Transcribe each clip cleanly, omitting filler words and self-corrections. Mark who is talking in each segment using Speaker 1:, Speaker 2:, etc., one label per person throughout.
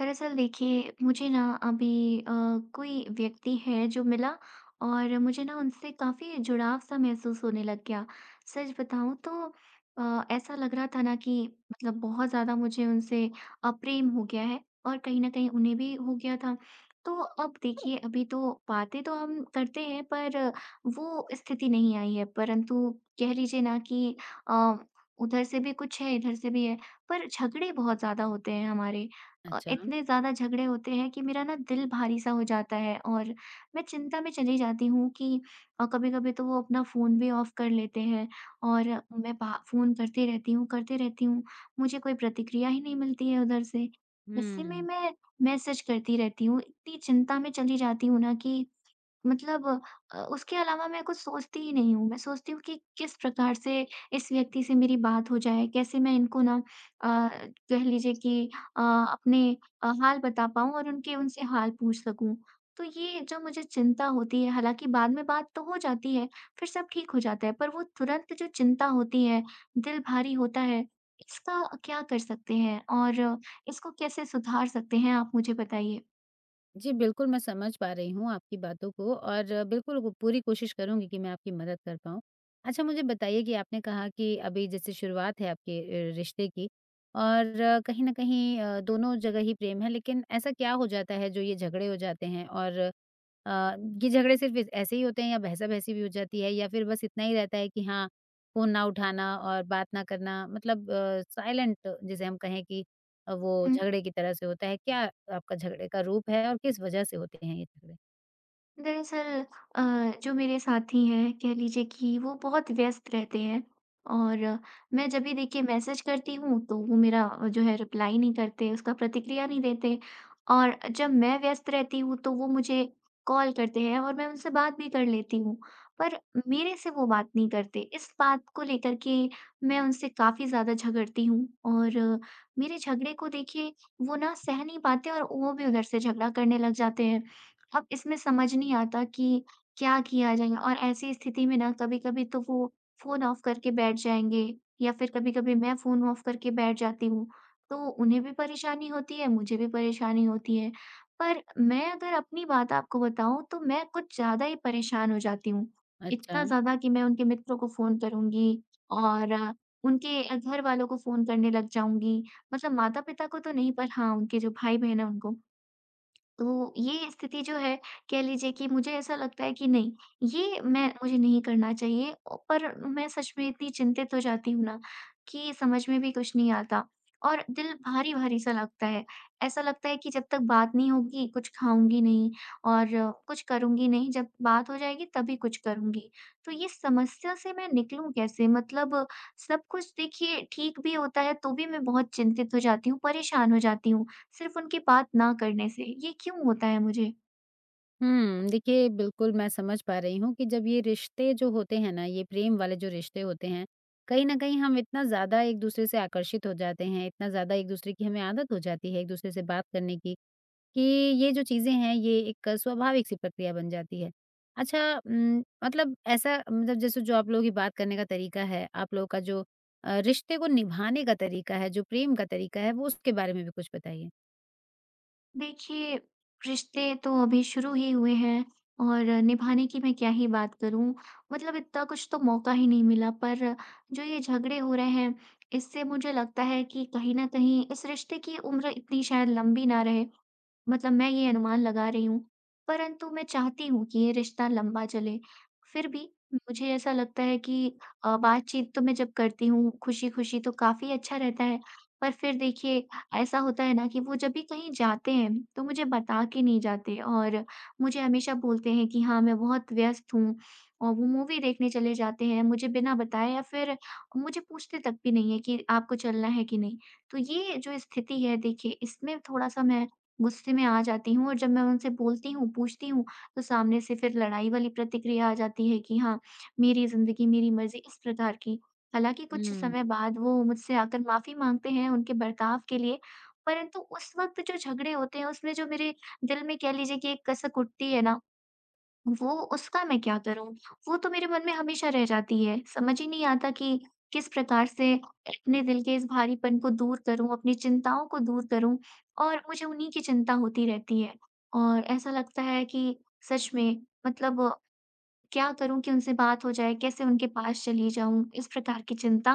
Speaker 1: दरअसल देखिए, मुझे ना अभी कोई व्यक्ति है जो मिला और मुझे ना उनसे काफ़ी जुड़ाव-सा महसूस होने लग गया। सच बताऊँ तो ऐसा लग रहा था ना कि मतलब बहुत ज़्यादा मुझे उनसे प्रेम हो गया है और कहीं न कहीं उन्हें भी हो गया था। तो अब देखिए, अभी तो बातें तो हम करते हैं पर वो स्थिति नहीं आई है, परंतु कह लीजिए ना कि अ, उधर से भी कुछ है, इधर से भी है, पर झगड़े बहुत ज़्यादा होते हैं हमारे।
Speaker 2: अच्छा।
Speaker 1: इतने ज़्यादा झगड़े होते हैं कि मेरा ना दिल भारी-सा हो जाता है और मैं चिंता में चली जाती हूँ कि कभी-कभी तो वो अपना फ़ोन भी ऑफ कर लेते हैं और मैं बा फ़ोन करती रहती हूँ, करती रहती हूँ। मुझे कोई प्रतिक्रिया ही नहीं मिलती है उधर से। ऐसे में
Speaker 2: हुँ।
Speaker 1: मैं मैसेज करती रहती हूँ। इतनी चिंता में चली जाती हूँ ना कि मतलब उसके अलावा मैं कुछ सोचती ही नहीं हूँ। मैं सोचती हूँ कि किस प्रकार से इस व्यक्ति से मेरी बात हो जाए, कैसे मैं इनको ना कह लीजिए कि अपने हाल बता पाऊँ और उनके उनसे हाल पूछ सकूँ। तो ये जो मुझे चिंता होती है, हालाँकि बाद में बात तो हो जाती है, फिर सब ठीक हो जाता है, पर वो तुरंत जो चिंता होती है, दिल भारी होता है, इसका क्या कर सकते हैं और इसको कैसे सुधार सकते हैं, आप मुझे बताइए?
Speaker 2: जी, बिल्कुल मैं समझ पा रही हूँ आपकी बातों को और बिल्कुल वो पूरी कोशिश करूँगी कि मैं आपकी मदद कर पाऊँ। अच्छा मुझे बताइए कि आपने कहा कि अभी जैसे शुरुआत है आपके रिश्ते की और कहीं न कहीं दोनों जगह ही प्रेम है, लेकिन ऐसा क्या हो जाता है जो ये झगड़े हो जाते हैं और अ, ये झगड़े सिर्फ़ इस ऐसे ही होते हैं या बहसा-बहसी भी हो जाती है या फिर बस इतना ही रहता है कि हाँ, फ़ोन ना उठाना और बात ना करना मतलब साइलेंट जिसे हम कहें कि वो झगड़े की तरह से होता है, क्या आपका झगड़े का रूप है और किस वजह से होते हैं ये झगड़े?
Speaker 1: दरअसल अ, जो मेरे साथी हैं, कह लीजिए कि वो बहुत व्यस्त रहते हैं और मैं जब भी देखिए मैसेज करती हूँ तो वो मेरा जो है, रिप्लाई नहीं करते, उसका प्रतिक्रिया नहीं देते। और जब मैं व्यस्त रहती हूँ तो वो मुझे कॉल करते हैं और मैं उनसे बात भी कर लेती हूँ, पर मेरे से वो बात नहीं करते। इस बात को लेकर के मैं उनसे काफी ज्यादा झगड़ती हूँ और मेरे झगड़े को देखिए वो ना सह नहीं पाते और वो भी उधर से झगड़ा करने लग जाते हैं। अब इसमें समझ नहीं आता कि क्या किया जाए? और ऐसी स्थिति में ना कभी-कभी तो वो फ़ोन ऑफ करके बैठ जाएँगे या फिर कभी-कभी मैं फ़ोन ऑफ करके बैठ जाती हूँ। तो उन्हें भी परेशानी होती है, मुझे भी परेशानी होती है। पर मैं अगर अपनी बात आपको बताऊँ तो मैं कुछ ज़्यादा ही परेशान हो जाती हूँ। इतना
Speaker 2: अच्छा।
Speaker 1: ज़्यादा कि मैं उनके मित्रों को फ़ोन करूँगी और उनके घर वालों को फ़ोन करने लग जाऊँगी। मतलब माता-पिता को तो नहीं, पर हाँ, उनके जो भाई-बहन हैं उनको। तो ये स्थिति जो है, कह लीजिए कि मुझे ऐसा लगता है कि नहीं, ये मैं मुझे नहीं करना चाहिए, पर मैं सच में इतनी चिंतित हो जाती हूँ ना कि समझ में भी कुछ नहीं आता और दिल भारी भारी सा लगता है। ऐसा लगता है कि जब तक बात नहीं होगी कुछ खाऊंगी नहीं और कुछ करूंगी नहीं, जब बात हो जाएगी तभी कुछ करूंगी। तो ये समस्या से मैं निकलूं कैसे? मतलब सब कुछ देखिए ठीक भी होता है तो भी मैं बहुत चिंतित हो जाती हूँ, परेशान हो जाती हूँ सिर्फ़ उनकी बात ना करने से, ये क्यों होता है मुझे?
Speaker 2: हुँ, देखिए बिल्कुल मैं समझ पा रही हूँ कि जब ये रिश्ते जो होते हैं ना, ये प्रेम वाले जो रिश्ते होते हैं, कहीं न कहीं हम इतना ज़्यादा एक-दूसरे से आकर्षित हो जाते हैं, इतना ज़्यादा एक-दूसरे की हमें आदत हो जाती है एक-दूसरे से बात करने की कि ये जो चीज़ें हैं ये एक स्वाभाविक सी प्रक्रिया बन जाती है। अच्छा। मतलब ऐसा मतलब जैसे जो आप लोगों की बात करने का तरीका है, आप लोगों का जो रिश्ते को निभाने का तरीका है, जो प्रेम का तरीका है, वो उसके बारे में भी कुछ बताइए?
Speaker 1: देखिए, रिश्ते तो अभी शुरू ही हुए हैं और निभाने की मैं क्या ही बात करूँ? मतलब इतना कुछ तो मौका ही नहीं मिला, पर जो ये झगड़े हो रहे हैं, इससे मुझे लगता है कि कहीं न कहीं इस रिश्ते की उम्र इतनी शायद लंबी ना रहे। मतलब मैं ये अनुमान लगा रही हूँ, परंतु मैं चाहती हूँ कि ये रिश्ता लंबा चले। फिर भी मुझे ऐसा लगता है कि बातचीत तो मैं जब करती हूँ खुशी-खुशी, तो काफ़ी अच्छा रहता है, पर फिर देखिए ऐसा होता है ना कि वो जब भी कहीं जाते हैं तो मुझे बता के नहीं जाते और मुझे हमेशा बोलते हैं कि हाँ, मैं बहुत व्यस्त हूँ, और वो मूवी देखने चले जाते हैं मुझे बिना बताए, या फिर मुझे पूछते तक भी नहीं है कि आपको चलना है कि नहीं? तो ये जो स्थिति है देखिए, इसमें थोड़ा-सा मैं गुस्से में आ जाती हूँ और जब मैं उनसे बोलती हूँ, पूछती हूँ, तो सामने से फिर लड़ाई वाली प्रतिक्रिया आ जाती है कि हाँ, मेरी ज़िंदगी, मेरी मर्ज़ी, इस प्रकार की। हालाँकि कुछ
Speaker 2: हुँ।
Speaker 1: समय बाद वो मुझसे आकर माफ़ी माँगते हैं उनके बर्ताव के लिए, परंतु उस वक़्त जो झगड़े होते हैं उसमें जो मेरे दिल में, कह लीजिए कि एक कसक उठती है ना, वो उसका मैं क्या करूँ? वो तो मेरे मन में हमेशा रह जाती है। समझ ही नहीं आता कि किस प्रकार से अपने दिल के इस भारीपन को दूर करूँ, अपनी चिंताओं को दूर करूँ, और मुझे उन्हीं की चिंता होती रहती है। और ऐसा लगता है कि सच में, मतलब क्या करूँ कि उनसे बात हो जाए, कैसे उनके पास चली जाऊँ, इस प्रकार की चिंता।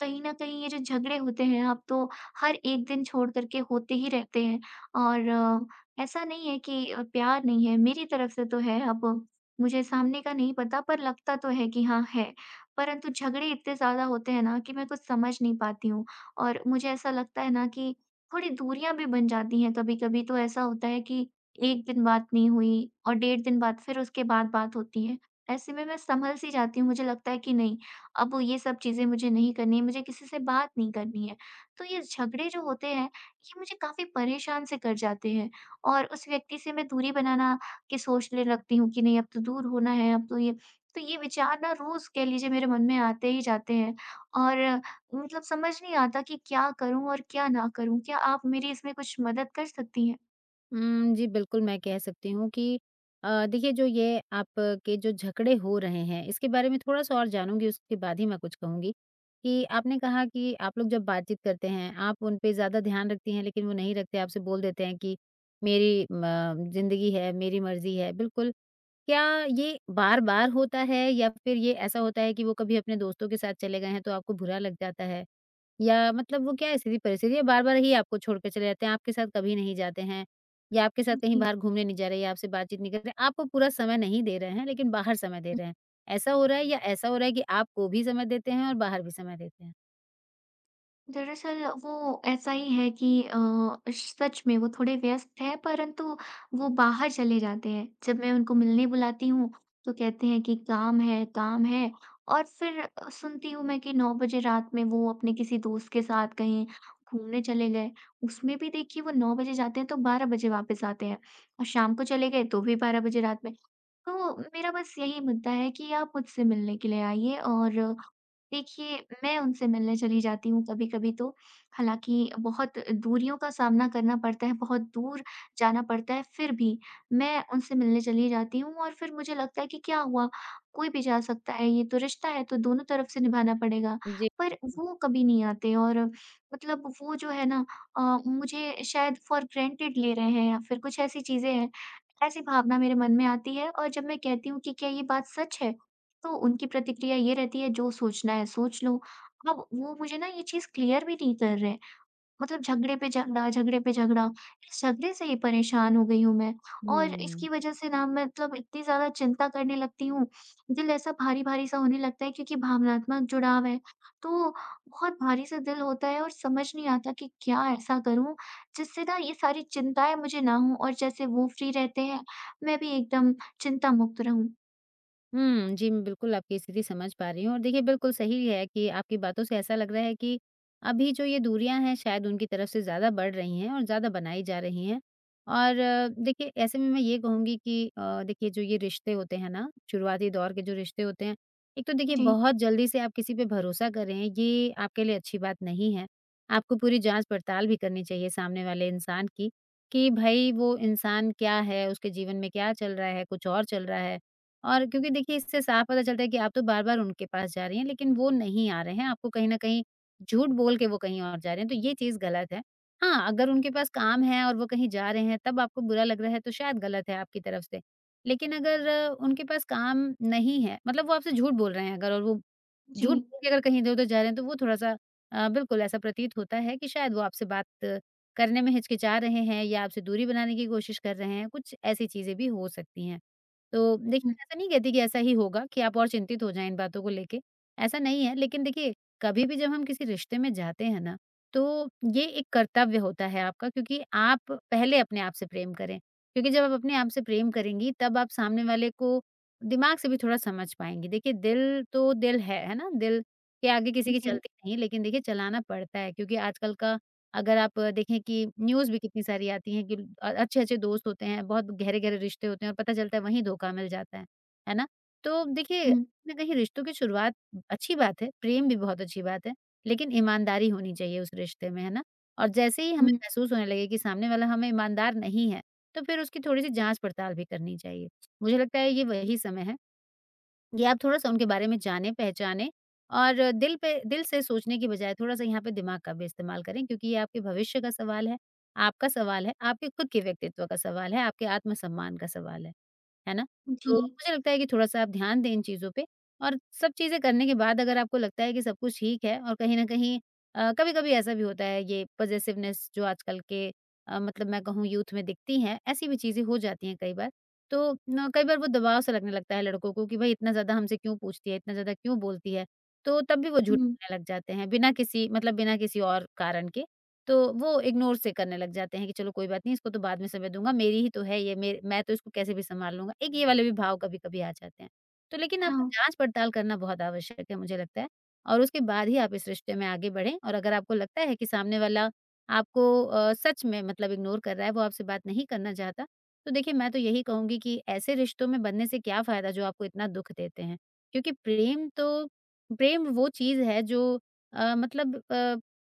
Speaker 1: कहीं न कहीं ये जो झगड़े होते हैं अब तो हर एक दिन छोड़ कर के होते ही रहते हैं। और ऐसा नहीं है कि प्यार नहीं है, मेरी तरफ से तो है। अब मुझे सामने का नहीं पता, पर लगता तो है कि हाँ है, परंतु झगड़े इतने ज़्यादा होते हैं ना कि मैं कुछ समझ नहीं पाती हूँ। और मुझे ऐसा लगता है ना कि थोड़ी दूरियाँ भी बन जाती हैं। कभी-कभी तो ऐसा होता है कि 1 दिन बात नहीं हुई और 1.5 दिन बाद, फिर उसके बाद बात होती है। ऐसे में मैं सँभल सी जाती हूँ, मुझे लगता है कि नहीं, अब ये सब चीज़ें मुझे नहीं करनी है, मुझे किसी से बात नहीं करनी है। तो ये झगड़े जो होते हैं, ये मुझे काफ़ी परेशान से कर जाते हैं और उस व्यक्ति से मैं दूरी बनाना की सोचने लगती हूँ कि नहीं, अब तो दूर होना है, अब तो ये विचार ना रोज़, कह लीजिए, मेरे मन में आते ही जाते हैं। और मतलब समझ नहीं आता कि क्या करूँ और क्या ना करूँ? क्या आप मेरी इसमें कुछ मदद कर सकती हैं?
Speaker 2: जी, बिल्कुल मैं कह सकती हूँ कि देखिए जो ये आपके जो झगड़े हो रहे हैं, इसके बारे में थोड़ा-सा और जानूँगी उसके बाद ही मैं कुछ कहूँगी। कि आपने कहा कि आप लोग जब बातचीत करते हैं, आप उन पे ज़्यादा ध्यान रखती हैं लेकिन वो नहीं रखते, आपसे बोल देते हैं कि मेरी म ज़िंदगी है, मेरी मर्ज़ी है, बिल्कुल। क्या ये बार-बार होता है या फिर ये ऐसा होता है कि वो कभी अपने दोस्तों के साथ चले गए हैं तो आपको बुरा लग जाता है? या मतलब वो क्या स्थिति परिस्थिति है, बार-बार ही आपको छोड़ के चले जाते हैं, आपके साथ कभी नहीं जाते हैं या आपके साथ कहीं
Speaker 1: जी।
Speaker 2: बाहर घूमने नहीं जा रहे या आपसे बातचीत नहीं कर रहे, आपको पूरा समय नहीं दे रहे हैं लेकिन बाहर समय दे रहे हैं। ऐसा हो रहा है या ऐसा हो रहा है कि आपको भी समय देते हैं और बाहर भी समय देते हैं?
Speaker 1: दरअसल वो ऐसा ही है कि सच में वो थोड़े व्यस्त हैं, परंतु वो बाहर चले जाते हैं। जब मैं उनको मिलने बुलाती हूँ तो कहते हैं कि काम है, काम है, और फिर सुनती हूँ मैं कि 9 बजे रात में वो अपने किसी दोस्त के साथ कहीं घूमने चले गए। उसमें भी देखिए वो 9 बजे जाते हैं तो 12 बजे वापस आते हैं, और शाम को चले गए तो भी 12 बजे रात में। तो मेरा बस यही मुद्दा है कि आप मुझसे मिलने के लिए आइए, और देखिए मैं उनसे मिलने चली जाती हूँ कभी-कभी तो, हालाँकि बहुत दूरियों का सामना करना पड़ता है, बहुत दूर जाना पड़ता है, फिर भी मैं उनसे मिलने चली जाती हूँ और फिर मुझे लगता है कि क्या हुआ, कोई भी जा सकता है, ये तो रिश्ता है तो दोनों तरफ से निभाना पड़ेगा।
Speaker 2: जी।
Speaker 1: पर वो कभी नहीं आते। और मतलब वो जो है ना, अ, मुझे शायद फॉर ग्रांटेड ले रहे हैं, या फिर कुछ ऐसी चीज़ें हैं। ऐसी भावना मेरे मन में आती है और जब मैं कहती हूँ कि क्या ये बात सच है? तो उनकी प्रतिक्रिया ये रहती है, जो सोचना है सोच लो। अब वो मुझे ना ये चीज़ क्लियर भी नहीं कर रहे। मतलब झगड़े पे झगड़ा, इस झगड़े से ही परेशान हो गई हूँ मैं। और
Speaker 2: हुँ।
Speaker 1: इसकी वजह से ना मैं, मतलब, इतनी ज़्यादा चिंता करने लगती हूँ, दिल ऐसा भारी-भारी सा होने लगता है क्योंकि भावनात्मक जुड़ाव है। तो बहुत भारी सा दिल होता है और समझ नहीं आता कि क्या ऐसा करूँ, जिससे ना ये सारी चिंताएँ मुझे ना हों और जैसे वो फ्री रहते हैं, मैं भी एकदम चिंता मुक्त रहूँ।
Speaker 2: हुँ। जी, मैं बिल्कुल आपकी स्थिति समझ पा रही हूँ और देखिए बिल्कुल सही है कि आपकी बातों से ऐसा लग रहा है कि अभी जो ये दूरियाँ हैं शायद उनकी तरफ से ज़्यादा बढ़ रही हैं और ज़्यादा बनाई जा रही हैं। और देखिए ऐसे में मैं ये कहूँगी कि देखिए जो ये रिश्ते होते हैं ना, शुरुआती दौर के जो रिश्ते होते हैं, एक तो देखिए
Speaker 1: जी,
Speaker 2: बहुत जल्दी से आप किसी पे भरोसा कर रहे हैं, ये आपके लिए अच्छी बात नहीं है। आपको पूरी जाँच-पड़ताल भी करनी चाहिए सामने वाले इंसान की, कि भई वो इंसान क्या है, उसके जीवन में क्या चल रहा है, कुछ और चल रहा है और क्योंकि देखिए इससे साफ पता चलता है कि आप तो बार-बार उनके पास जा रही हैं, लेकिन वो नहीं आ रहे हैं, आपको कहीं न कहीं झूठ बोल के वो कहीं और जा रहे हैं, तो ये चीज़ गलत है। हाँ, अगर उनके पास काम है और वो कहीं जा रहे हैं तब आपको बुरा लग रहा है तो शायद गलत है आपकी तरफ से। लेकिन अगर उनके पास काम नहीं है, मतलब वो आपसे झूठ बोल रहे हैं अगर और वो झूठ
Speaker 1: जी,
Speaker 2: बोल के अगर कहीं इधर-उधर जा रहे हैं तो वो थोड़ा-सा बिल्कुल ऐसा प्रतीत होता है कि शायद वो आपसे बात करने में हिचकिचा रहे हैं या आपसे दूरी बनाने की कोशिश कर रहे हैं, कुछ ऐसी चीज़ें भी हो सकती हैं। तो देखिए,
Speaker 1: हुँ,
Speaker 2: मैं ऐसा नहीं कहती कि ऐसा ही होगा कि आप और चिंतित हो जाएँ इन बातों को लेके, ऐसा नहीं है। लेकिन देखिए, कभी भी जब हम किसी रिश्ते में जाते हैं ना, तो ये एक कर्तव्य होता है आपका क्योंकि आप पहले अपने आप से प्रेम करें। क्योंकि जब आप अपने आप से प्रेम करेंगी, तब आप सामने वाले को दिमाग से भी थोड़ा समझ पाएँगी। देखिए, दिल तो दिल है ना? दिल के आगे किसी की
Speaker 1: जी,
Speaker 2: चलती नहीं, लेकिन देखिए चलाना पड़ता है क्योंकि आजकल का अगर आप देखें कि न्यूज़ भी कितनी सारी आती हैं कि अच्छे-अच्छे दोस्त होते हैं, बहुत गहरे-गहरे रिश्ते होते हैं और पता चलता है वहीं धोखा मिल जाता है ना? तो देखिए,
Speaker 1: हुँ,
Speaker 2: कहीं न कहीं रिश्तों की शुरुआत अच्छी बात है, प्रेम भी बहुत अच्छी बात है, लेकिन ईमानदारी होनी चाहिए उस रिश्ते में, है ना? और जैसे ही हमें
Speaker 1: हुँ,
Speaker 2: महसूस होने लगे कि सामने वाला हमें ईमानदार नहीं है, तो फिर उसकी थोड़ी-सी जाँच-पड़ताल भी करनी चाहिए। मुझे लगता है ये वही समय है ये आप थोड़ा-सा उनके बारे में जानें, पहचानें और दिल पे दिल से सोचने की बजाय थोड़ा-सा यहाँ पे दिमाग का भी इस्तेमाल करें क्योंकि ये आपके भविष्य का सवाल है, आपका सवाल है, आपके खुद के व्यक्तित्व का सवाल है, आपके आत्मसम्मान का सवाल है। है ना?
Speaker 1: जी,
Speaker 2: तो मुझे लगता है कि थोड़ा-सा आप ध्यान दें इन चीज़ों पे और सब चीज़ें करने के बाद अगर आपको लगता है कि सब कुछ ठीक है और कहीं न कहीं कभी-कभी ऐसा भी होता है ये पॉसेसिवनेस जो आजकल के मतलब मैं कहूँ यूथ में दिखती है, ऐसी भी चीज़ें हो जाती हैं कई बार। तो न कई बार वो दबाव सा लगने लगता है लड़कों को कि भाई इतना ज़्यादा हमसे क्यों पूछती है, इतना ज़्यादा क्यों बोलती है? तो तब भी वो झूठ
Speaker 1: हुँ,
Speaker 2: बोलने लग जाते हैं बिना किसी मतलब बिना किसी और कारण के। तो वो इग्नोर से करने लग जाते हैं कि चलो कोई बात नहीं इसको तो बाद में समय दूँगा, मेरी ही तो है ये मेर मैं तो इसको कैसे भी सँभाल लूँगा। एक ये वाले भी भाव कभी-कभी आ जाते हैं। तो लेकिन आपका
Speaker 1: हाँ,
Speaker 2: जाँच-पड़ताल करना बहुत आवश्यक है मुझे लगता है और उसके बाद ही आप इस रिश्ते में आगे बढ़ें और अगर आपको लगता है कि सामने वाला आपको सच में मतलब इग्नोर कर रहा है, वो आपसे बात नहीं करना चाहता, तो देखिए, मैं तो यही कहूँगी कि ऐसे रिश्तों में बंधने से क्या फ़ायदा जो आपको इतना दुःख देते हैं? क्योंकि प्रेम तो प्रेम वो चीज़ है जो अ, मतलब अ,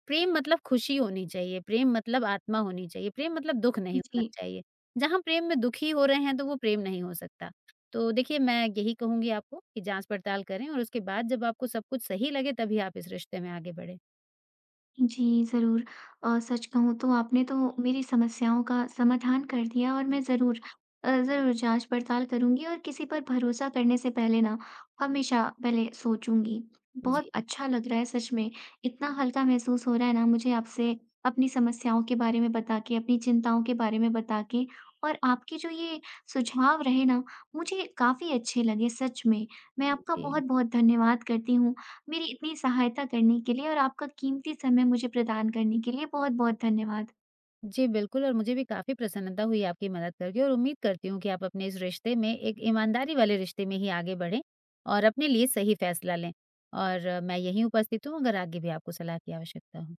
Speaker 2: प्रेम मतलब खुशी होनी चाहिए, प्रेम मतलब आत्मा होनी चाहिए, प्रेम मतलब दुःख नहीं होना
Speaker 1: जी।
Speaker 2: चाहिए। जहाँ प्रेम में दुखी हो रहे हैं, तो वो प्रेम नहीं हो सकता। तो देखिए, मैं यही कहूँगी आपको कि जाँच-पड़ताल करें और उसके बाद जब आपको सब कुछ सही लगे, तभी आप इस रिश्ते में आगे बढ़ें।
Speaker 1: जी, ज़रूर। सच कहूँ तो आपने तो मेरी समस्याओं का समाधान कर दिया, और मैं ज़रूर जाँच-पड़ताल करूँगी और किसी पर भरोसा करने से पहले ना हमेशा पहले सोचूँगी। बहुत
Speaker 2: जी।
Speaker 1: अच्छा लग रहा है सच में, इतना हल्का महसूस हो रहा है ना मुझे आपसे अपनी समस्याओं के बारे में बता के, अपनी चिंताओं के बारे में बता के, और आपके जो ये सुझाव रहे ना, मुझे काफ़ी अच्छे लगे सच में। मैं आपका
Speaker 2: जी।
Speaker 1: बहुत-बहुत धन्यवाद करती हूँ। मेरी इतनी सहायता करने के लिए और आपका कीमती समय मुझे प्रदान करने के लिए बहुत-बहुत धन्यवाद।
Speaker 2: जी, बिल्कुल और मुझे भी काफ़ी प्रसन्नता हुई आपकी मदद करके और उम्मीद करती हूँ कि आप अपने इस रिश्ते में एक ईमानदारी वाले रिश्ते में ही आगे बढ़ें और अपने लिए सही फैसला लें। और मैं यहीं उपस्थित हूँ अगर आगे भी आपको सलाह की आवश्यकता हो।